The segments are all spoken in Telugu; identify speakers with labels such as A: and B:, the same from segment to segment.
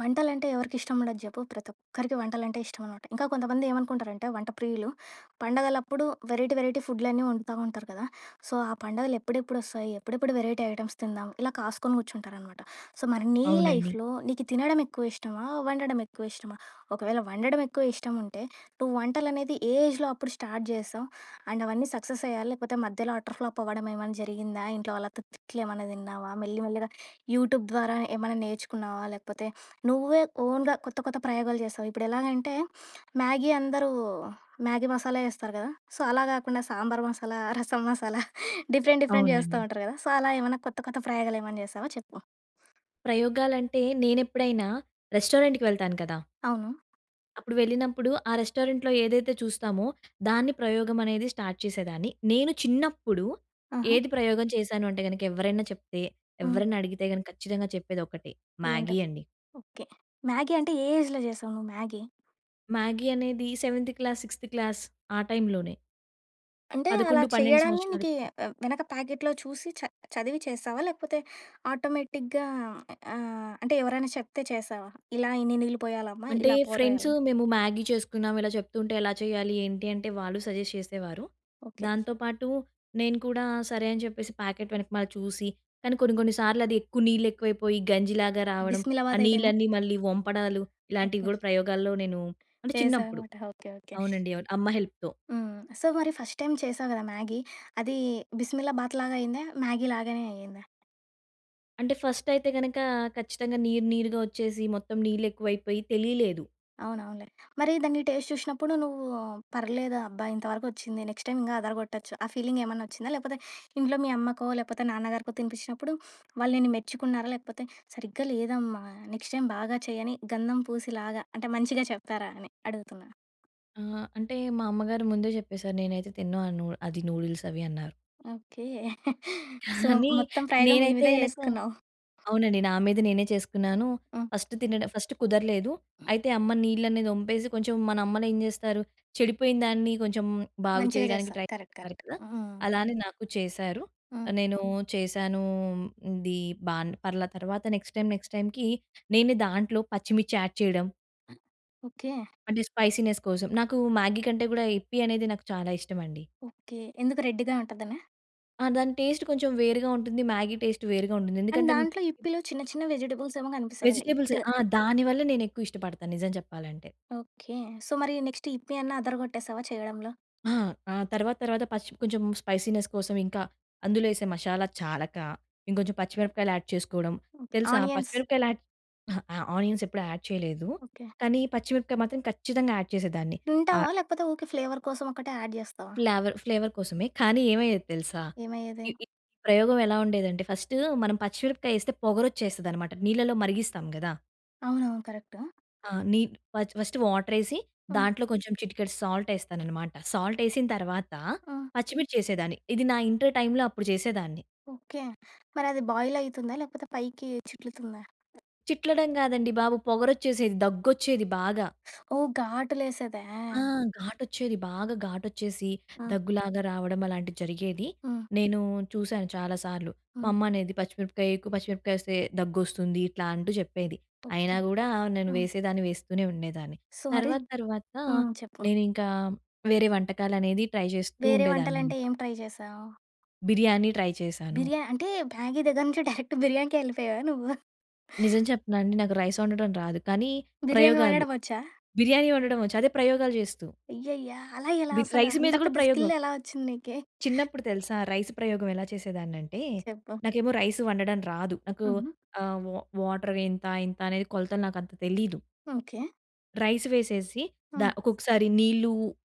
A: వంటలంటే ఎవరికిష్టం ఉండదు జెప్పు? ప్రతి ఒక్కరికి వంటలంటే ఇష్టమనమాట. ఇంకా కొంతమంది ఏమనుకుంటారంటే వంట ప్రియులు, పండగలప్పుడు వెరైటీ వెరైటీ ఫుడ్‌లన్నీ వండుతా ఉంటారు కదా! సో, ఆ పండగలు ఎప్పుడెప్పుడొస్తాయి? ఎప్పుడెప్పుడు వెరైటీ ఐటెమ్స్ తిందాం? ఇలా కాసుకొని కూర్చుంటారనమాట. సో, మరి నీ
B: అవునండి.
A: లైఫ్‌లో నీకు తినడం ఎక్కువ ఇష్టమా? వండడం ఎక్కువ ఇష్టమా? ఒకవేళ వండడం ఎక్కువ ఇష్టం ఉంటే, నువ్వు వంటలనేది ఏ ఏజ్‌లో అప్పుడు స్టార్ట్ చేసావు? అండ్ అవన్నీ సక్సెస్ అయ్యాయా? లేకపోతే మధ్యలో అటర్ ఫ్లాప్ అవ్వడం ఏమైనా జరిగిందా? ఇంట్లో వాళ్ళతో తిట్లు ఏమైనా తిన్నావా? మెల్లి మెల్లిగా యూట్యూబ్ ద్వారా ఏమైనా నేర్చుకున్నావా? లేకపోతే నువ్వే ఓన్‌గా కొత్త కొత్త ప్రయోగాలు చేసావు. ఇప్పుడెలాగంటే మ్యాగీ అందరూ మ్యాగీ మసాలా ఏస్తారు కదా! సో, అలా గాకుండా సాంబార్ మసాలా, రసం మసాలా డిఫరెంట్ డిఫరెంట్ చేస్తా
B: అవునండి.
A: ఉంటారు కదా! సో, అలా ఏమన్నా కొత్త కొత్త ప్రయోగాలేమన్నా చేసావా చెప్పు?
B: ప్రయోగాలంటే నేనెప్పుడైనా రెస్టారెంట్‌కి వెళ్తాను కదా!
A: అవును.
B: అప్పుడు వెళ్ళినప్పుడు ఆ రెస్టారెంట్‌లో ఏదైతే చూస్తామో దాన్ని ప్రయోగం అనేది స్టార్ట్ చేసేదాన్ని. నేను చిన్నప్పుడు
A: ఆహా!
B: ఏది ప్రయోగం చేశాను అంటే గనక ఎవరైనా చెప్తే,
A: హ్మ్.
B: ఎవరైనా అడిగితే గనక ఖచ్చితంగా చెప్పేదొక్కటే మ్యాగీ
A: ఏముంటది?
B: అండి.
A: ఓకే. మ్యాగీ అంటే ఏ ఏజ్‌లో చేసావు నువ్వు మ్యాగీ?
B: మ్యాగీ అనేది సెవెంత్ క్లాస్, సిక్స్త్ క్లాస్ ఆ టైంలోనే
A: అంటే అలా
B: 11, 12
A: చెయ్యడాన్ని నీకి
B: సంవత్సరాలకి.
A: వెనక ప్యాకెట్‌లో చూసి చదివి చేసావా? లేకపోతే ఆటోమేటిక్‌గా అంటే ఎవరైనా చెప్తే చేసావా? ఇలా ఇన్ని నీళ్ళు పోయాలమ్మా,
B: అంటే
A: ఇలా
B: ఫ్రెండ్స్
A: పౌడరేయాలి.
B: మేము మ్యాగీ చేసుకున్నాం. ఇలా చెప్తుంటే ఎలా చేయాలి, ఏంటి అంటే వాళ్ళు సజెస్ట్ చేసేవారు.
A: ఓకే.
B: దాంతో పాటు నేను కూడా సరే అని చెప్పేసి ప్యాకెట్ వెనకమాల చూసి, కానీ కొన్ని కొన్ని సార్లు అది ఎక్కువ నీళ్ళు ఎక్కువైపోయి గంజిలాగా రావడం,
A: బిస్మిల్లా
B: ఆ
A: బాత్ అయిపోయిందా?
B: నీళ్ళన్నీ మళ్ళీ వంపడాలు ఇలాంటివి
A: ఓకే.
B: గూడా ప్రయోగాల్లో నేను అంటే చిన్నప్పుడు.
A: చేశావనమాట. ఓకే. ఓకే.
B: అవునండి. అవును. అమ్మ హెల్ప్‌తో.
A: హ్మ్. సో, మరి ఫస్ట్ టైమ్ చేశావు గదా మ్యాగీ, అది బిస్మిల్లా బాత్ లాగా అయిందా? మ్యాగీ లాగానే అయిందా?
B: అంటే ఫస్ట్ అయితే గనక ఖచ్చితంగా నీరు నీరుగా వచ్చేసి మొత్తం నీళ్ళెక్కువైపోయి తెలియలేదు.
A: అవునవునులే. మరి దాన్ని టేస్ట్ చూసినప్పుడు నువ్వు పర్లేదు అబ్బా! ఇంతవరకొచ్చింది. నెక్స్ట్ టైమ్ ఇంగా అదరగొట్టొచ్చు. ఆ ఫీలింగ్ ఏమన్నా వచ్చిందా? లేకపోతే ఇంట్లో మీ అమ్మకో, లేకపోతే నాన్నగారికో తినిపించినప్పుడు వాళ్ళు నిన్ను మెచ్చుకున్నారా? లేకపోతే సరిగ్గా లేదమ్మా! నెక్స్ట్ టైమ్ బాగా చెయ్యని గంధం పూసిలాగా అంటే మంచిగా చెప్పారా అని అడుగుతున్నా?
B: ఆ! అంటే మా అమ్మగారు ముందే చెప్పేసారు. నేనైతే తినను ఆ నూ అది నూడిల్స్ అవి అన్నారు.
A: ఓకే. సో,
B: కానీ
A: మొత్తం ప్రయోగం నీ
B: నేనైతే
A: మీదే
B: గనక
A: జేసుకున్నావు.
B: అవునండి. నా మీద నేనే చేసుకున్నాను. ఫస్ట్ తినడం ఫస్ట్ కుదరలేదు.
A: హ్మ్.
B: అయితే అమ్మ నీళ్ళనేది ఒంపేసి కొంచెం మన అమ్మలేం జేస్తారు, చెడిపోయిన దాన్ని కొంచెం బాగు
A: మంచిగా
B: చేయడానికి
A: చేస్తారు.
B: Try
A: correct.
B: చేస్తారు
A: కరెక్ట్.
B: కదా!
A: హ్మ్.
B: అలానే నాకు చేశారు.
A: హ్మ్.
B: నేను చేశాను. ఇది బాన్ పర్లా తర్వాత నెక్స్ట్ టైమ్‌కి నేనే దాంట్లో పచ్చిమిర్చి యాడ్ చేయడం.
A: ఓకే.
B: అంటే స్పైసీనెస్ కోసం. నాకు మ్యాగీ కంటే గూడా యిప్పీ అనేది నాకు చాలా ఇష్టమండి.
A: ఓకే. ఎందుకు రెడ్‌గా ఉంటదనా?
B: ఆ! దాని టేస్ట్ కొంచెం వేరుగా ఉంటుంది. మ్యాగీ టేస్ట్ వేరుగా ఉంటుంది.
A: అండ్
B: ఎందుకంటే
A: దాంట్లో ఇప్పిలో చిన్న చిన్న వెజిటబుల్స్ ఏమో కనిపిస్తాయి కదా!
B: వెజిటబుల్స్
A: లైట్‌గా.
B: ఆ! దానివల్ల నేనెక్కువ ఇష్టపడతాను నిజం చెప్పాలంటే.
A: ఓకే. సో, మరి నెక్స్ట్ ఇప్పి అన్నా అదరగొట్టేసావా చేయడంలో?
B: ఆ! ఆ తర్వాత తర్వాత కొంచెం స్పైసీనెస్ కోసం ఇంకా అందులో ఏసే మసాలా చాలక, ఇంకొంచెం పచ్చిమిరపకాయలు యాడ్ చేసుకోవడం.
A: ఓకే.
B: తెలుసా
A: ఆనియన్స్.
B: పచ్చిమిరపకాయలు యాడ్ అహా! ఆ! ఆనియన్స్ ఎప్పుడు యాడ్ చేయలేదు.
A: ఓకే.
B: కానీ పచ్చిమిరపకాయ మాత్రం ఖచ్చితంగా యాడ్ చేసేదాన్ని. ఆ
A: తింటావా? లేకపోతే ఊకే ఫ్లేవర్ కోసం ఒక్కటే యాడ్ జేస్తావా?
B: ఫ్లేవర్ ఫ్లేవర్ కోసమే. కానీ ఏమయ్యేది తెలుసా?
A: ఏమయ్యేది?
B: ఈ ఈ ప్రయోగం ఎలా ఉండేదంటే ఫస్ట్ మనం పచ్చిమిరపకాయేస్తే పొగరొచ్చేస్తదనమాట. నీళ్ళలో మరిగిస్తాం గదా!
A: అవునవును. కరెక్టు.
B: ఆ! ఫస్ట్ ఫస్ట్ వాటరేసి
A: హ్మ్.
B: దాంట్లో కొంచెం చిటికెడు సాల్టేస్తాననమాట. సాల్టేసిన తర్వాత
A: హ్మ్.
B: పచ్చిమిర్చేసేదాన్ని. ఇది నా ఇంటర్ టైమ్‌లో అప్పుడు చేసేదాన్ని.
A: ఓకే. మరది బాయిల్ అయితుందా? లేకపోతే పైకి చిట్లుతుందా?
B: చిట్లడం కాదండి బాబు పొగరొచ్చేసేది, దగ్గొచ్చేది బాగా.
A: ఓహ్! ఘాటులేసేదా?
B: ఆ! ఘాటొచ్చేది. బాగా ఘాటొచ్చేసి
A: ఆ!
B: దగ్గులాగా రావడం అలాంటిది జరిగేది.
A: హ్మ్.
B: నేను చూసాను చాలా సార్లు. మా
A: హ్మ్.
B: అమ్మ అనేది పచ్చిమిరపకాయ ఎక్కువ పచ్చిమిరపకాయ ఏస్తే దగ్గొస్తుంది ఇట్లా అంటూ చెప్పేది. అయినా
A: ఓకే.
B: గూడా నేను
A: హ్మ్.
B: వేసేదాన్ని వేస్తూనే ఉండేదాన్ని.
A: సో, మరి
B: తర్వాత తర్వాత
A: హ్మ్. చెప్పు.
B: నేనింకా వేరే వంటకాలనేది ట్రై చేస్తూ
A: వేరే వంటలంటే
B: ఉండేదాన్ననమాట.
A: ఏం ట్రై చేశావు?
B: బిర్యానీ ట్రై చేశాను.
A: బిర్యానీ అంటే మ్యాగీ దగ్గర నుంచి డైరెక్ట్ బిర్యానీకే వెళ్ళిపోయావా నువ్వు?
B: నిజం చెప్పనా అండి నాకు రైస్ వండడం రాదు. కానీ
A: బిర్యానీ
B: ప్రయోగాలు
A: వండడం వచ్చా?
B: బిర్యానీ వండడం వచ్చు. అదే ప్రయోగాలు చేస్తూ.
A: అయ్యయ్యా! అలా ఎలా అసలు?
B: రైస్ మీద
A: అంత
B: గూడా
A: పెద్ద
B: ప్రయోగం.
A: స్కిల్ ఎలా వచ్చింది నీకి?
B: చిన్నప్పుడు తెలుసా రైస్ ప్రయోగం ఎలా చేసేదాన్నంటే,
A: చెప్పు.
B: నాకేమో రైస్ వండడం రాదు. నాకు
A: హుహు.
B: ఆహ్, వా వాటర్ ఇంత, ఇంత అనేది కొలతలు నాకంత తెలీదు.
A: ఓకే.
B: రైస్ వేసేసి
A: హ్మ్.
B: ఒక్కొక్కసారి నీళ్ళు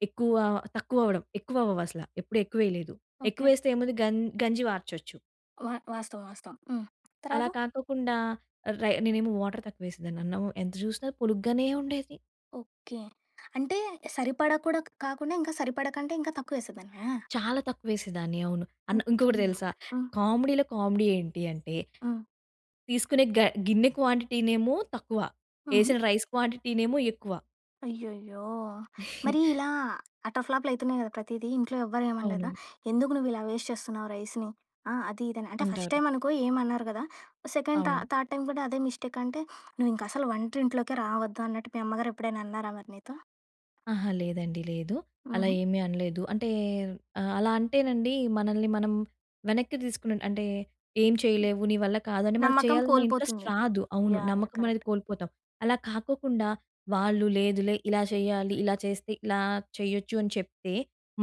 B: ఎక్కువ తక్కువ అవ్వడం. ఎక్కువ అవ్వవసల. ఎప్పుడు ఎక్కువేయలేదు.
A: ఓకే.
B: ఎక్కువేస్తే ఏముంది గంజి వార్చొచ్చు.
A: వాస్తవం. వాస్తవం. హ్మ్.
B: అలా
A: తర్వాత?
B: కాకోకుండా నేనేమో వాటర్ తక్కువేసేదాన్ని. అన్నం ఎంత జూసినా పొలుగ్గానే ఉండేది.
A: ఓకే. అంటే సరిపడా కూడా కాకుండా ఇంకా సరిపడకంటే ఇంకా తక్కువేసేదానివా?
B: చాలా తక్కువేసేదాన్ని. అవును. అన్నం
A: ఓకే.
B: ఇంకొకటి తెలుసా?
A: హ్మ్.
B: కామెడీలో కామెడీ ఏంటి అంటే
A: హ్మ్.
B: తీసుకునే గిన్నె క్వాంటిటీనేమో తక్కువ.
A: హుహు.
B: ఏసిన రైస్ క్వాంటిటీనేమో ఎక్కువ.
A: అయ్యయ్యో! మరి ఇలా అటర్ ఫ్లాప్‌లు అయితున్నాయి కదా! ప్రతీదీ. ఇంట్లో ఎవ్వరు
B: అవును.
A: ఏమనలేదా? ఎందుకు నువ్వు ఇలా వేస్ట్ చేస్తున్నావు రైస్‌ని? ఆ! అది ఇది అని. అంటే ఫస్ట్
B: అంటారు.
A: టైమ్ అనుకో ఏమనరు కదా! సెకండ్
B: అవును.
A: థర్డ్ టైమ్ కూడా అదే మిస్టేక్ అంటే, "నువ్వు ఇంక అసలు వంటింట్లోకే రావద్దు" అన్నట్టు మీ అమ్మగారు ఎప్పుడైనా అన్నారా మరి నీతో?
B: అహా! లేదండి. లేదు. అలా
A: హుహు.
B: ఏమీ అనలేదు. అంటే అలా అంటేనండి మనల్ని మనం వెనక్కి తీసుకున్నట్టు అంటే ఏం చేయలేవు, నీ వల్ల కాదు అని మనకు
A: నమ్మకం
B: చేయాలన్న ఇంట్రెస్ట్
A: కోల్పోతుంది.
B: రాదు. అవును.
A: యాహ్! యాహ్!
B: నమ్మకం అనేది
A: కరెక్ట్.
B: కోల్పోతాం. అలా కాకోకుండా వాళ్ళు లేదులే ఇలా చేయాలి, ఇలా చేస్తే ఇలా చేయొచ్చు అని చెప్తే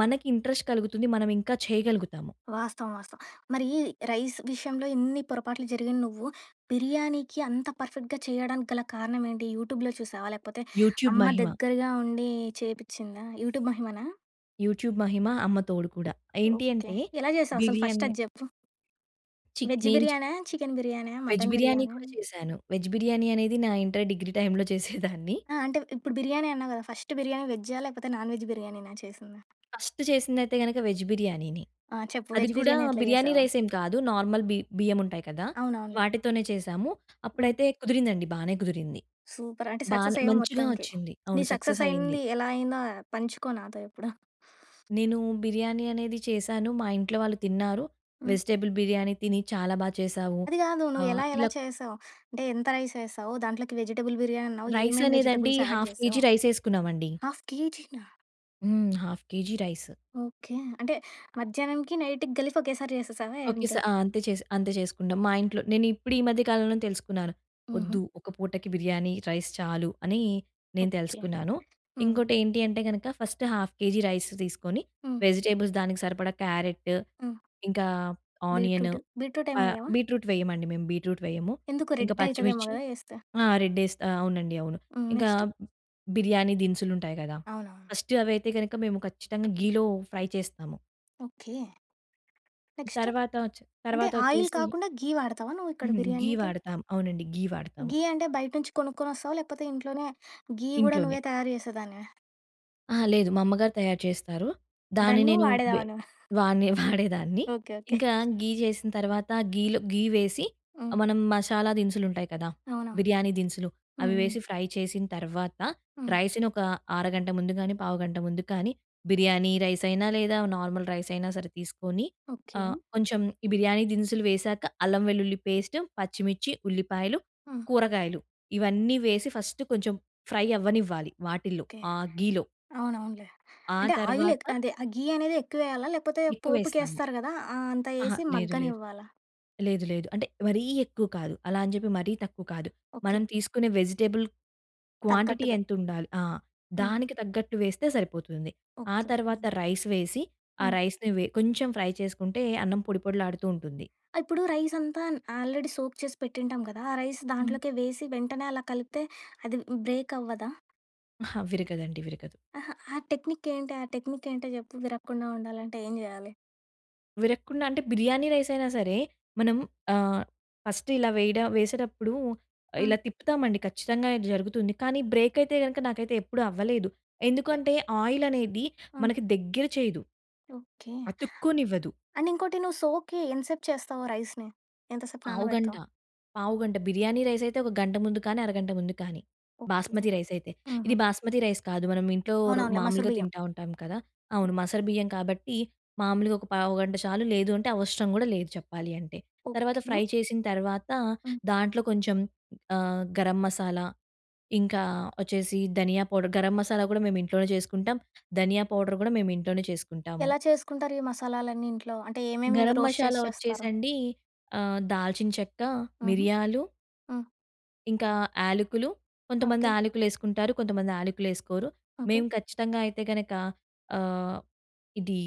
B: మనకి ఇంట్రెస్ట్ కలుగుతుంది. మనం ఇంకా చేయగలుగుతాము.
A: వాస్తవం. వాస్తవం. మరి రైస్ విషయంలో ఇన్ని పొరపాట్లు జరిగిన నువ్వు, బిర్యానీకి అంత పర్ఫెక్ట్‌గా చేయడానికి గల కారణం ఏంటి? యూట్యూబ్‌లో చూసావా? లేకపోతే
B: యూట్యూబ్
A: అమ్మ
B: మహిమ.
A: దగ్గరగా ఉండి చేపిచ్చిందా? యూట్యూబ్ మహిమనా?
B: యూట్యూబ్ మహిమ అమ్మ తోడు కూడా. ఏంటి
A: ఓకే.
B: అంటే
A: ఎలా చేసావు అసలు ఫస్ట్
B: బిర్యానీ
A: అది జెప్పు?
B: చిక్
A: వెజ్
B: నేను చి
A: బిర్యానా? చికెన్ బిర్యానా?
B: వెజ్
A: మటన్
B: బిర్యానీ
A: బిర్యానా?
B: కూడా చేశాను. వెజ్ బిర్యానీ అనేది నా ఇంటర్ డిగ్రీ టైమ్‌లో చేసేదాన్ని.
A: ఆ! అంటే ఇప్పుడు బిర్యానీ అన్నావు గదా! ఫస్ట్ బిర్యానీ వెజ్జా? లేకపోతే నాన్ వెజ్ బిర్యానీనా చేసిందా?
B: ఫస్ట్ చేసిందయితే గనక వెజ్ బిర్యానీనే.
A: ఆ! చెప్పు
B: అది
A: వెజ్
B: కూడా
A: బిర్యానీ ఎట్లా
B: బిర్యానీ
A: చేసావో?
B: రైస్ ఏం కాదు. నార్మల్ బియ్యం ఉంటాయి కదా!
A: అవునవునులే.
B: వాటితోనే చేశాము.
A: హ్మ్.
B: అప్పుడైతే కుదిరిందండి. బానే కుదిరింది.
A: సూపర్. అంటే
B: బానే
A: సక్సెస్ అయ్యావు
B: మంచిగా
A: మొత్తానికి.
B: వచ్చింది.
A: నీ
B: అవును.
A: సక్సెస్
B: సక్సెస్ అయింది.
A: అయింది ఎలా అయిందో పంచుకో నాతో ఎప్పుడో.
B: నేను బిర్యానీ అనేది చేశాను. మా ఇంట్లో వాళ్ళు తిన్నారు.
A: హ్మ్.
B: వెజిటబుల్ బిర్యానీ తిని చాలా చేశావు.
A: అది గాదు. నువ్వు ఎలా ఎలా
B: ఇలా
A: చేసావు? అంటే ఎంత రైస్ వేసావు? దాంట్లోకి వెజిటబుల్ బిర్యానీ అన్నావు.
B: రైస్
A: ఏమేం
B: అనేదండి
A: వెజిటబుల్స్ యాడ్
B: హాఫ్
A: చేసావు?
B: కేజీ రైసేసుకున్నామండి.
A: హాఫ్ కేజీనా?
B: హ్మ్. Half KG rice.
A: ఓకే. అంటే మధ్యాహ్నంకి, నైట్‌కి కలిపి ఒకేసారి చేసేసావా
B: ఓకే.
A: ఏంటి?
B: ఆ! అంతే చేసి అంతే చేసుకుంటాం. మా ఇంట్లో నేను ఇప్పుడు ఈ మధ్య కాలంలోనే తెలుసుకున్నాను.
A: హుహు.
B: వద్దు ఒక పూటకి బిర్యానీ, రైస్ చాలు అని నేను
A: ఓకే.
B: తెలుసుకున్నాను.
A: హ్మ్.
B: ఇంకోటేంటి అంటే గనక ఫస్ట్ హాఫ్ కేజీ రైస్ తీసుకొని
A: హ్మ్.
B: వెజిటబుల్స్ దానికి సరిపడా క్యారెట్,
A: హ్మ్.
B: ఇంకా ఆనియన్
A: బీట్రూట్, బీట్రూట్ ఏమి వేయవా?
B: బీట్రూట్ వేయమండి మేము బీట్రూట్ వేయము.
A: ఎందుకు
B: ఇంకా
A: రెడ్ అయితదేమో
B: పచ్చిమిర్చి
A: గదా! ఏస్తే.
B: ఆ! రెడ్ డేస్ ఆ! అవునండి. అవును.
A: హ్మ్.
B: ఇంకా
A: నెక్స్ట్?
B: బిర్యానీ దినుసులుంటాయి గదా!
A: అవునవును.
B: ఫస్ట్ అవైతే గనక మేము ఖచ్చితంగా ఘీలో ఫ్రై చేస్తాము.
A: ఓకే. నెక్స్ట్?
B: తర్వాత
A: అంటే ఆయిల్
B: తర్వాతొచ్చేసి
A: కాకుండా ఘీ వాడతావా నువ్వు ఇక్కడ
B: హ్మ్. ఘీ
A: బిర్యానీకి?
B: వాడతాం. అవునండి. ఘీ వాడతాము
A: ఘీ అంటే బయట నుంచి కొనుక్కొనొస్తావా? లేకపోతే ఇంట్లోనే ఘీ గూడా
B: ఇంట్లోనే.
A: నువ్వే తయారు చేసేదానివా?
B: అహా! లేదు. మా అమ్మగారు తయారు చేస్తారు. దాన్ని
A: దాన్ని నువ్వు
B: నేను వే
A: వాడేదానివా?
B: వాడిని వాడేదాన్ని.
A: ఓకే. ఓకే.
B: ఇంకా ఘీ చేసిన తర్వాత ఘీలో ఘీ వేసి
A: హ్మ్.
B: మనం మసాలా దినుసులుంటాయి కదా!
A: అవునా?
B: బిర్యానీ దినుసులు
A: హ్మ్.
B: అవి
A: హ్మ్.
B: వేసి ఫ్రై చేసిన తర్వాత
A: హ్మ్.
B: రైస్‌ని ఒక అరగంట ముందు గానీ, పావుగంట ముందు కానీ బిర్యానీ రైస్ అయినా లేదా నార్మల్ రైస్ అయినా సరే తీసుకొని
A: ఓకే.
B: కొంచెం ఈ బిర్యానీ దినుసులు వేశాక అల్లం వెల్లుల్లి పేస్ట్, పచ్చిమిర్చి, ఉల్లిపాయలు,
A: హ్మ్.
B: కూరగాయలు ఇవన్నీ వేసి ఫస్ట్ కొంచెం ఫ్రై అవ్వనివ్వాలి వాటిల్లో
A: ఓకే.
B: ఆ ఘీలో.
A: అవునవునులే.
B: ఆ
A: అంటే ఆయిల్
B: తర్వాత
A: అదే ఆ ఘీ అనేది ఎక్కువేయాలా? లేకపోతే
B: ఎక్కువేస్తాము.
A: పోపుకేస్తారు గదా! ఆ అంత
B: అహా!
A: ఏసి
B: లేదు, లేదు.
A: మగ్గనివ్వాలా?
B: లేదు, లేదు. అంటే మరీ ఎక్కువ కాదు. అలా అని చెప్పి మరీ తక్కువ కాదు.
A: ఓకే.
B: మనం తీసుకునే వెజిటబుల్ క్వాంటిటీ
A: తగ్గట్టుగా.
B: ఎంతుండాలి ఆ!
A: హ్మ్.
B: దానికి తగ్గట్టు వేస్తే సరిపోతుంది. ఆ
A: ఓకే.
B: తర్వాత
A: ఓకే.
B: రైస్ వేసి, ఆ
A: హ్మ్.
B: రైస్‌ని కొంచెం ఫ్రై చేసుకుంటే అన్నం పొడి పొడిలాడుతూ ఉంటుంది.
A: ఇప్పుడు రైసంతా ఆల్రెడీ సోక్ చేసి పెట్టింటాం కదా! ఆ రైస్
B: హ్మ్.
A: దాంట్లోకే వేసి వెంటనే అలా కలిపితే అది బ్రేక్ అవ్వదా?
B: అహా! విరగదండి. విరగదు.
A: అహా! ఆ టెక్నిక్ ఏంటి? ఆ టెక్నిక్ ఏంటో జెప్పు విరగకుండా ఉండాలంటే ఏం జేయాలి?
B: విరక్కుండా అంటే బిర్యానీ రైస్ అయినా సరే, మనం ఆహ్, ఫస్ట్ ఇలా వేసేటప్పుడు ఇలా
A: హ్మ్.
B: తిప్పుతామండి ఖచ్చితంగా ఇది జరుగుతుంది. కానీ బ్రేక్ అయితే గనక నాకైతే ఎప్పుడు అవ్వలేదు.
A: ఓకే.
B: ఎందుకంటే ఆయిల్ అనేది
A: హ్మ్.
B: మనకి దగ్గర చేయదు.
A: ఓకే.
B: అతుక్కోనివ్వదు.
A: అండ్ ఇంకోటి నువ్వు సోక్‌కి ఎంతసేపు చేస్తావు రైస్‌ని? ఎంతసేపు
B: పావుగంట.
A: నానబెడతావు?
B: పావుగంట. బిర్యానీ రైస్ అయితే ఒక గంట ముందు కానీ, అరగంట ముందు కానీ.
A: ఓకే.
B: బాస్మతి రైస్ అయితే. ఇది
A: హుహు.
B: బాస్మతి రైస్ కాదు. మనం ఇంట్లో
A: అవునవునులే. మసూరు
B: మామూలుగా
A: బియ్యం.
B: తింటా ఉంటాం కదా! అవును. మసరు బియ్యం కాబట్టి మామూలుగా ఒక పావుగంట చాలు. లేదు అంటే అవసరం కూడా లేదు చెప్పాలి అంటే. తర్వాత
A: ఓకే.
B: ఫ్రై చేసిన తర్వాత
A: హ్మ్.
B: దాంట్లో కొంచెం గరం మసాలా, ఇంకా వచ్చేసి ధనియా పౌడర్. గరం మసాలా కూడా మేము ఇంట్లోనే చేసుకుంటాం. ధనియా పౌడర్ కూడా మేము ఇంట్లోనే చేసుకుంటాము.
A: ఎలా చేసుకుంటారు ఈ మసాలాలన్నీ ఇంట్లో? అంటే ఏమేమి
B: గరం
A: రోస్ట్
B: మషాలా
A: చేసి చేస్తారు?
B: వచ్చేసండి దాల్చిన చెక్క,
A: హుహు.
B: మిరియాలు
A: హ్మ్.
B: ఇంకా యాలకులు. కొంతమంది
A: ఓకే.
B: యాలకులేసుకుంటారు. కొంతమంది యాలకులేసుకోరు.
A: ఓకే.
B: మేము ఖచ్చితంగా అయితే గనక ఆహ్, ఇది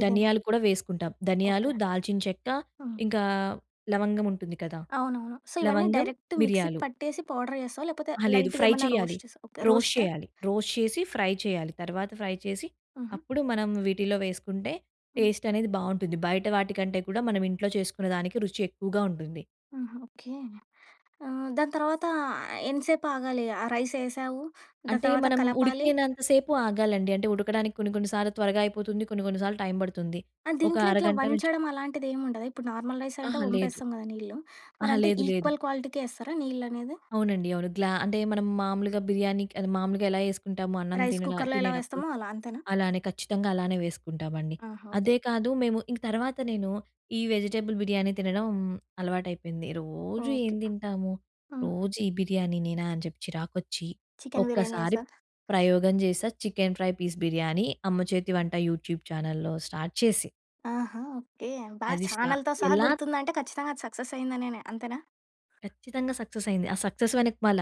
A: ఇది.
B: ధనియాలు కూడా వేసుకుంటాం. ధనియాలు,
A: ఓకే.
B: దాల్చిన చెక్క,
A: హ్మ్.
B: ఇంకా లవంగం ఉంటుంది కదా!
A: అవునవును. సో, ఇవన్నీ
B: లవంగం,
A: డైరెక్ట్ మిక్సీకి
B: మిరియాలు.
A: పట్టేసి పౌడర్ చేస్తావా? లేకపోతే
B: అహా! లేదు
A: లైట్‌గా
B: ఫ్రై
A: ఏమన్నా
B: చేయాలి.
A: రోస్ట్ చేస్తావా? ఓకే.
B: రోస్ట్
A: రోస్టా?
B: చేయాలి. రోస్ట్ చేసి ఫ్రై చేయాలి. తర్వాత ఫ్రై చేసి
A: హుహు.
B: అప్పుడు మనం వీటిలో వేసుకుంటే
A: హ్మ్.
B: టేస్ట్ అనేది బావుంటుంది. బయట వాటికంటే కూడా మనం ఇంట్లో చేసుకునే దానికి రుచి ఎక్కువగా ఉంటుంది.
A: హుహు. ఓకే. దాని తర్వాత ఎంతసేపు ఆగాలి? ఆ రైస్ ఏసావు. దాని
B: అంటే
A: తర్వాత
B: మనం
A: కలపాలి.
B: ఉడికినంత సేపు ఆగాలండి. అంటే ఉడకడానికి కొన్ని కొన్ని సార్లు త్వరగా అయిపోతుంది. కొన్ని కొన్ని సార్లు టైం పడుతుంది.
A: ఆ!
B: ఒక
A: దీంట్లో ఇట్లా
B: అరగంట నుంచి
A: వంచడం అలాంటిదేముండదా? ఇప్పుడు నార్మల్ రైస్ అంటే
B: అహా! లేదు.
A: వంపేస్తాం గదా! నీళ్ళు.
B: అహా!
A: మరంటే హ్మ్.
B: లేదు లేదు.
A: ఈక్వల్ క్వాలిటీకే ఏస్తారా నీళ్ళనేది?
B: అవునండి. అవును. అంటే మనం మామూలుగా బిర్యానీకి అది మామూలుగా ఎలా యేసుకుంటాము అన్నం
A: రైస్ కుక్కర్‌లో ఎలా
B: తినేటప్పుడు,
A: వేస్తామో అలా అంతేనా?
B: అలానే ఖచ్చితంగా అలానే వేసుకుంటామండి.
A: ఆహా!
B: అదే
A: ఓకే.
B: కాదు మేము ఇంక తర్వాత నేను ఈ వెజిటబుల్ బిర్యానీ తినడం అలవాటైపోయింది. రోజు ఏం
A: ఓకే.
B: తింటాము?
A: హ్మ్.
B: రోజు ఈ బిర్యానీ నేనా అని చెప్పి చిరాకొచ్చి,
A: చికెన్ బిర్యానీ
B: ఒక్కసారి
A: చేశా.
B: ప్రయోగం చేశా. చికెన్ ఫ్రై పీస్ బిర్యానీ అమ్మ చేతి వంట యూట్యూబ్ ఛానెల్‌లో స్టార్ట్ చేసి,
A: ఆహా! ఓకే.
B: అది స్టా
A: ఛానల్‌తో సహా
B: ఎలా
A: గుర్తుందంటే ఖచ్చితంగా అది సక్సెస్ అయిందనేనే అంతేనా?
B: ఖచ్చితంగా సక్సెస్ అయింది. ఆ సక్సెస్ వెనకమాల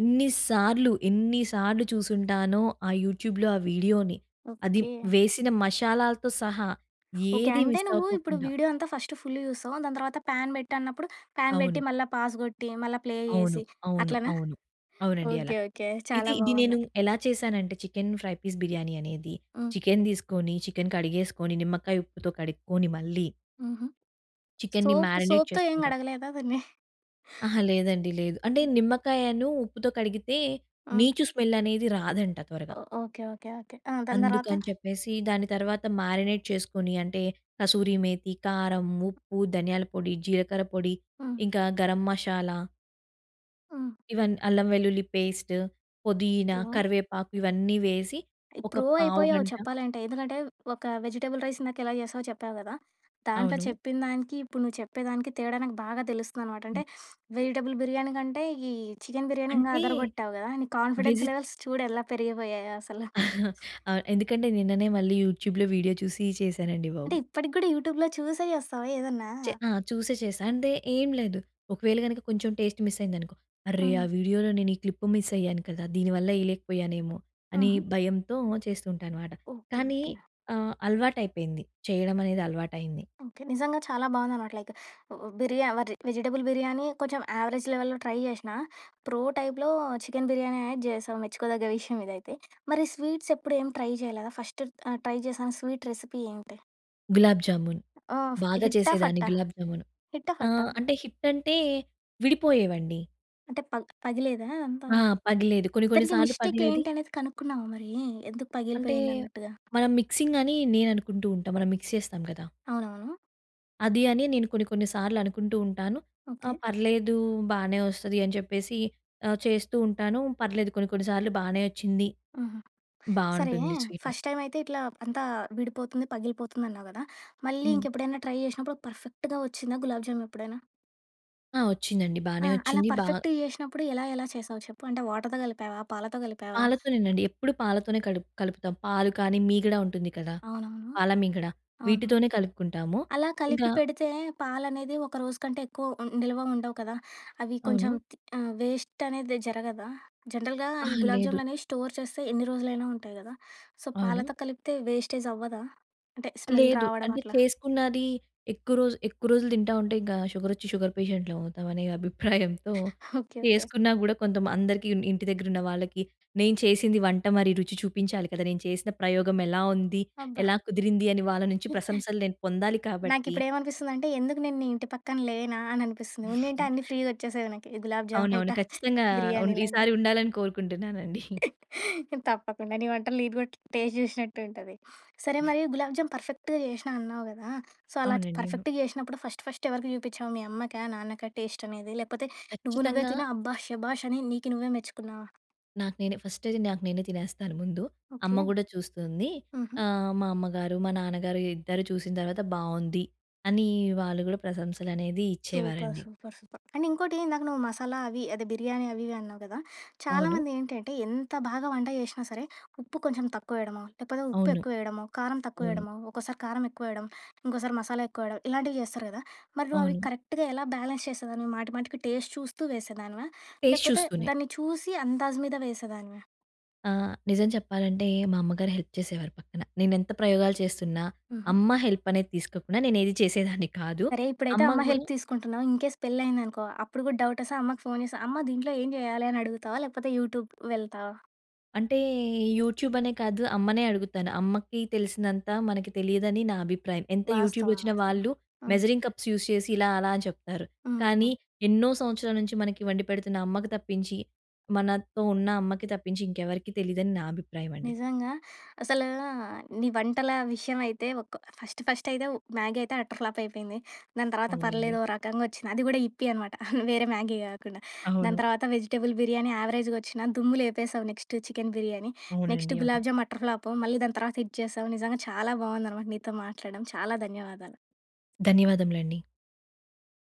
B: ఎన్ని సార్లు, ఎన్ని సార్లు చూసుంటానో ఆ యూట్యూబ్‌లో ఆ వీడియోని. అది
A: ఓకే.
B: వేసిన మషాలాలతో సహా
A: ఓకే.
B: ఏది
A: అంటే
B: మిస్
A: నువ్వు ఇప్పుడు
B: అవ్వకోకుండా.
A: వీడియో అంతా ఫస్ట్ ఫుల్ చూస్తావు. దాని తర్వాత పాన్ పెట్టన్నప్పుడు పాన్
B: అవును.
A: పెట్టి మళ్ళా పాజ్ కొట్టి, మళ్ళా ప్లే
B: అవును.
A: చేసి
B: అవును.
A: అట్లనా?
B: అవును. అవునండి. అలా.
A: ఓకే. ఓకే.
B: అయితే
A: చాలా
B: ఇది నేను
A: బావుంది.
B: ఎలా చేశానంటే చికెన్ ఫ్రై పీస్ బిర్యానీ అనేది
A: హ్మ్.
B: చికెన్ తీసుకొని, చికెన్ కడిగేసుకొని, నిమ్మకాయ ఉప్పుతో కడుక్కొని మళ్ళీ
A: హుహు.
B: చికెన్‌ని
A: సోప్
B: మ్యారినేట్
A: సోప్‌తో ఏం
B: చేసుకుంటాం.
A: కడగలేదా దాన్ని?
B: అహా! లేదండి. లేదు. అంటే నిమ్మకాయను ఉప్పుతో కడిగితే
A: హ్మ్.
B: నీచు స్మెల్ అనేది రాదంట త్వరగా.
A: ఓకే. ఓకే. ఓకే. ఆ! దాని తర్వాత?
B: అందుకని చెప్పేసి దాని తర్వాత మారినేట్ చేసుకొని అంటే కసూరి మేతి, కారం, ఉప్పు, ధనియాల పొడి, జీలకర్ర పొడి,
A: హ్మ్.
B: ఇంకా గరం మషాలా
A: హ్మ్.
B: ఇవన్నీ అల్లం వెల్లుల్లి పేస్ట్, పుదీనా,
A: ఏమో
B: కరివేపాకు ఇవన్నీ వేసి ఒక
A: ప్రూవ్ అయిపోయావు
B: పావుగంట
A: చెప్పాలంటే. ఎందుకంటే ఒక వెజిటబుల్ రైస్ ఇందాకెలా చేసావో చెప్పావు గదా! దాంట్లో
B: అవును.
A: చెప్పిన దానికి, ఇప్పుడు నువ్వు చెప్పేదానికి తేడా నాకు బాగా తెలుస్తుందనమాట. అంటే
B: హ్మ్.
A: వెజిటబుల్ బిర్యానీ కంటే, ఈ చికెన్ బిర్యానీ ఇంకా
B: అంటే
A: అదరగొట్టావు గదా! నీ కాన్ఫిడెన్స్
B: వెజిట్
A: లెవెల్స్ చూడు ఎలా పెరిగిపోయాయో అసలు.
B: ఆ! ఎందుకంటే నిన్ననే మళ్ళీ యూట్యూబ్‌లో వీడియో చూసి చేశానండి
A: అంటే
B: బాబు.
A: ఇప్పటికి గూడా యూట్యూబ్‌లో చూసే చేస్తావా ఏదన్నా?
B: ఆ! చూసే చేశా. అంటే ఏం లేదు. ఒకవేళ గనక కొంచెం టేస్ట్ మిస్ అయిందనుకో, అర్రే!
A: హ్మ్.
B: ఆ వీడియోలో నేను ఈ క్లిప్ మిస్ అయ్యాను కదా! దీనివల్ల ఎయలేకపోయానేమో అని
A: హుహు.
B: భయంతో చేస్తుంటా అనమాట.
A: ఓకే.
B: కానీ
A: ఓకే.
B: అలవాటైపోయింది. చేయడం అనేది అలవాటయింది.
A: ఓకే. నిజంగా చాలా బావుందనమాట. లైక్ బిర్యా వర్ వెజిటబుల్ బిర్యానీ కొంచెం యావరేజ్ లెవెల్‌లో ట్రై జేషినా. ప్రో టైప్‌లో చికెన్ బిర్యానీ అనేది జేశావు. మెచ్చుకోదగ్గ విషయం ఇదైతే. మరి స్వీట్స్ ఎప్పుడు ఏం ట్రై చేయలేదా? ఫస్ట్ ట్రై చేసిన స్వీట్ రెసిపీ ఏంటి?
B: గులాబ్ జామున్
A: ఆహ్,
B: బాగా
A: హిట్టా?
B: చేసేదాన్ని
A: ఫట్టా?
B: గులాబ్ జామున్.
A: హిట్టా?
B: ఆ!
A: ఫట్టా?
B: అంటే హిట్ అంటే విడిపోయేవండి.
A: అంటే పగిలేదా అదంతా?
B: ఆ! పగిలేది. కొన్ని కొన్ని
A: దానికి
B: సార్లు
A: మిస్టేక్
B: పగిలేది.
A: ఏంటనేది కనుక్కున్నావా మరి? ఎందుకు
B: అంటే
A: పగిలిపోయిందన్నట్టుగా?
B: మనం మిక్సింగ్ అని నేననుకుంటూ ఉంటా. మనం మిక్స్ చేస్తాం కదా!
A: అవునవును.
B: అది అని నేను కొన్ని కొన్ని సార్లు అనుకుంటూ ఉంటాను. ఆ!
A: ఓకే.
B: పర్లేదు బానే వస్తది అని చెప్పేసి చేస్తూ ఉంటాను. పర్లేదు కొన్ని కొన్ని సార్లు బానే వచ్చింది.
A: హుహు. సరే
B: బావుంటుంది స్వీటు.
A: ఫస్ట్ టైమ్ అయితే ఇట్లా అంతా విడిపోతుంది, పగిలిపోతుంది అన్నావు గదా! మళ్ళీ
B: హ్మ్.
A: ఇంకెప్పుడైనా ట్రై జేసినప్పుడు పర్ఫెక్ట్‌గా వచ్చిందా గులాబ్ జామ్ ఎప్పుడైనా?
B: ఆ! వచ్చిందండి.
A: ఆ!
B: బానే
A: అలా
B: వచ్చింది.
A: పర్ఫెక్ట్‌గా జేసినప్పుడు ఎలా ఎలా చేసావు చెప్పు? అంటే వాటర్‌తో కలిపావా? పాలతో కలిపావా?
B: పాలతోనేనండి. ఎప్పుడు పాలతోనే కలుపుతాం. పాలు కానీ మీగడ ఉంటుంది కదా!
A: అవునవును.
B: పాల మీగడ
A: అవునవును.
B: వీటితోనే కలుపుకుంటాము.
A: అలా కలిపి
B: ఇంకా
A: పెడితే పాలనేది ఒక రోజు కంటే ఎక్కువ నిల్వ ఉండవు కదా! అవి
B: అవును.
A: కొంచెం వేస్ట్ అనేది జరగదా? జనరల్‌గా ఈ
B: అహా!
A: గులాబ్ హ్మ్.
B: లేదు.
A: జామ్‌లనేవి స్టోర్ చేస్తే ఎన్ని రోజులైనా ఉంటాయి గదా! సో,
B: అవును.
A: పాలతో కలిపితే వేస్టేజ్ అవ్వదా? అంటే స్మెల్
B: లేదు.
A: రావడం
B: అంటే
A: అట్లా.
B: చేసుకున్నది ఎక్కువ రోజులు తింటా ఉంటే ఇంక షుగరొచ్చి షుగర్ పేషెంట్‌లమవుతామనే అభిప్రాయంతో
A: ఓకే. ఓకే.
B: చేసుకున్నా గూడా కొంత అందరికి ఇంటి దగ్గరున్న వాళ్ళకి నేను చేసింది వంట మరి రుచి చూపించాలి కదా! నేను చేసిన ప్రయోగం ఎలా ఉంది?
A: అబ్బా!
B: ఎలా కుదిరింది? అని వాళ్ళ నుంచి ప్రశంసలు నేను పొందాలి కాబట్టి
A: నాకిప్పుడేమనిపిస్తుందంటే, ఎందుకు నేను నీ ఇంటి పక్కన లేనా అని అనిపిస్తుంది. ఉన్నింటే అన్నీ ఫ్రీ‌గా వచ్చేసేవి నాకు. ఈ గులాబ్ జామ్ అంట,
B: అవునవును. ఖచ్చితంగా
A: బిర్యానీలంట.
B: ఈసారి ఉండాలని కోరుకుంటున్నానండి.
A: తప్పకుండా నీ వంటలు నేను కూడా టేస్ట్ జూసినట్టు ఉంటది. సరే మరి గులాబ్ జామ్ పర్ఫెక్ట్‌గా చేసినా అన్నావు గదా! సో, అలా
B: అవునండి. అవును.
A: పర్ఫెక్ట్‌గా చేసినప్పుడు ఫస్ట్ ఫస్ట్ ఎవరికి చూపించావు? మీ అమ్మకా? నాన్నకా టేస్ట్ అనేది? లేకపోతే నువ్వు నువ్వే
B: ఖచ్చితంగా
A: తిని అబ్బా! శభాష్ అని నీకు నువ్వే మెచ్చుకున్నావా?
B: నాకు నేనే ఫస్ట్ అయితే నాకు నేనే తినేస్తాను ముందు.
A: ఓకే.
B: అమ్మ గూడా చూస్తుంది.
A: హుహు.
B: మా అమ్మగారు, మా నాన్నగారు ఇద్దరు చూసిన తర్వాత బావుంది అని వాళ్ళు గూడా ప్రశంసలనేది
A: సూపర్.
B: ఇచ్చేవారండి.
A: సూపర్. సూపర్. అండ్ ఇంకోటి ఇందాక నువ్వు మసాలా అవి అదే బిర్యానీ అవి ఇవి అన్నావు కదా!
B: అవును.
A: చాలామంది ఏంటంటే ఎంత బాగా వంట చేసినా సరే ఉప్పు కొంచెం తక్కువ వేయడమో, లేకపోతే ఉప్పు
B: అవును.
A: ఎక్కువ వేయడమో, కారం తక్కువ
B: అవును.
A: వేయడమో, ఒక్కోసారి కారం ఎక్కువ వేయడం, ఇంకోసారి మసాలా ఎక్కువ వేయడం ఇలాంటివి చేస్తారు కదా! మరి నువ్వు అవి
B: అవును.
A: కరెక్ట్‌గా ఎలా బ్యాలెన్స్ చేసేదానివి? మాటి మాటికి టేస్ట్ చూస్తూ వేసేదానివా?
B: టేస్ట్
A: లేకపోతే
B: చూస్తూనే.
A: దాన్ని చూసి అందాజు మీద వేసేదానివా?
B: నిజం చెప్పాలంటే మా అమ్మగారు హెల్ప్ చేసేవారు పక్కన. నేనెంత ప్రయోగాలు చేస్తున్నా,
A: హుహు.
B: అమ్మ హెల్ప్ అనేది తీసుకోకుండా నేనేది చేసేదాన్ని కాదు.
A: సరే ఇప్పుడైతే
B: అమ్మ
A: అమ్మ
B: గూడా
A: హెల్ప్ తీసుకుంటున్నావు. ఇన్‌కేస్ పెళ్లి అయిందనుకో అప్పుడు కూడా డౌట్ వస్తే అమ్మకి ఫోన్ చేసి అమ్మ దీంట్లో ఏం చేయాలి అని అడుగుతావా? లేకపోతే యూట్యూబ్ వెళ్తావా?
B: అంటే యూట్యూబ్ అనే కాదు, అమ్మనే అడుగుతాను. అమ్మకి తెలిసినంత మనకి తెలియదని నా అభిప్రాయం. ఎంత
A: వాస్తవం.
B: యూట్యూబొచ్చినా
A: వాస్తవం.
B: వాళ్ళు
A: హ్మ్.
B: మెజరింగ్ కప్స్ యూజ్ చేసి ఇలా, అలా అని చెప్తారు.
A: హ్మ్.
B: కానీ
A: హ్మ్.
B: ఎన్నో సంవత్సరాల నుంచి మనకి వండి పెడుతున్న అమ్మకి తప్పించి, మనతో ఉన్న అమ్మకి తప్పించి ఇంకెవరికీ తెలీదని నా అభిప్రాయం అండి.
A: నిజంగా అసలు నీ వంటల విషయమైతే ఫస్టయితే మ్యాగీ అయితే అటర్ ఫ్లాప్ అయిపోయింది. దాని తర్వాత
B: అవునండి.
A: పర్లేదు ఓ రకంగా వచ్చింది. అది కూడా యిప్పీ అనమాట. వేరే మ్యాగీ కాకుండా.
B: అవును.
A: దాని తర్వాత వెజిటబుల్ బిర్యానీ యావరేజ్‌గా వచ్చినా దుమ్ము లేపేసావు నెక్స్ట్ చికెన్ బిర్యానీ. నెక్స్ట్
B: అవునండి. అవును.
A: Gulab jam utter flop. మళ్ళీ దాని తర్వాత ఇది చేసావు. నిజంగా చాలా బావుందనమాట నీతో మాట్లాడడం. చాలా ధన్యవాదాలు.
B: ధన్యవాదములండి.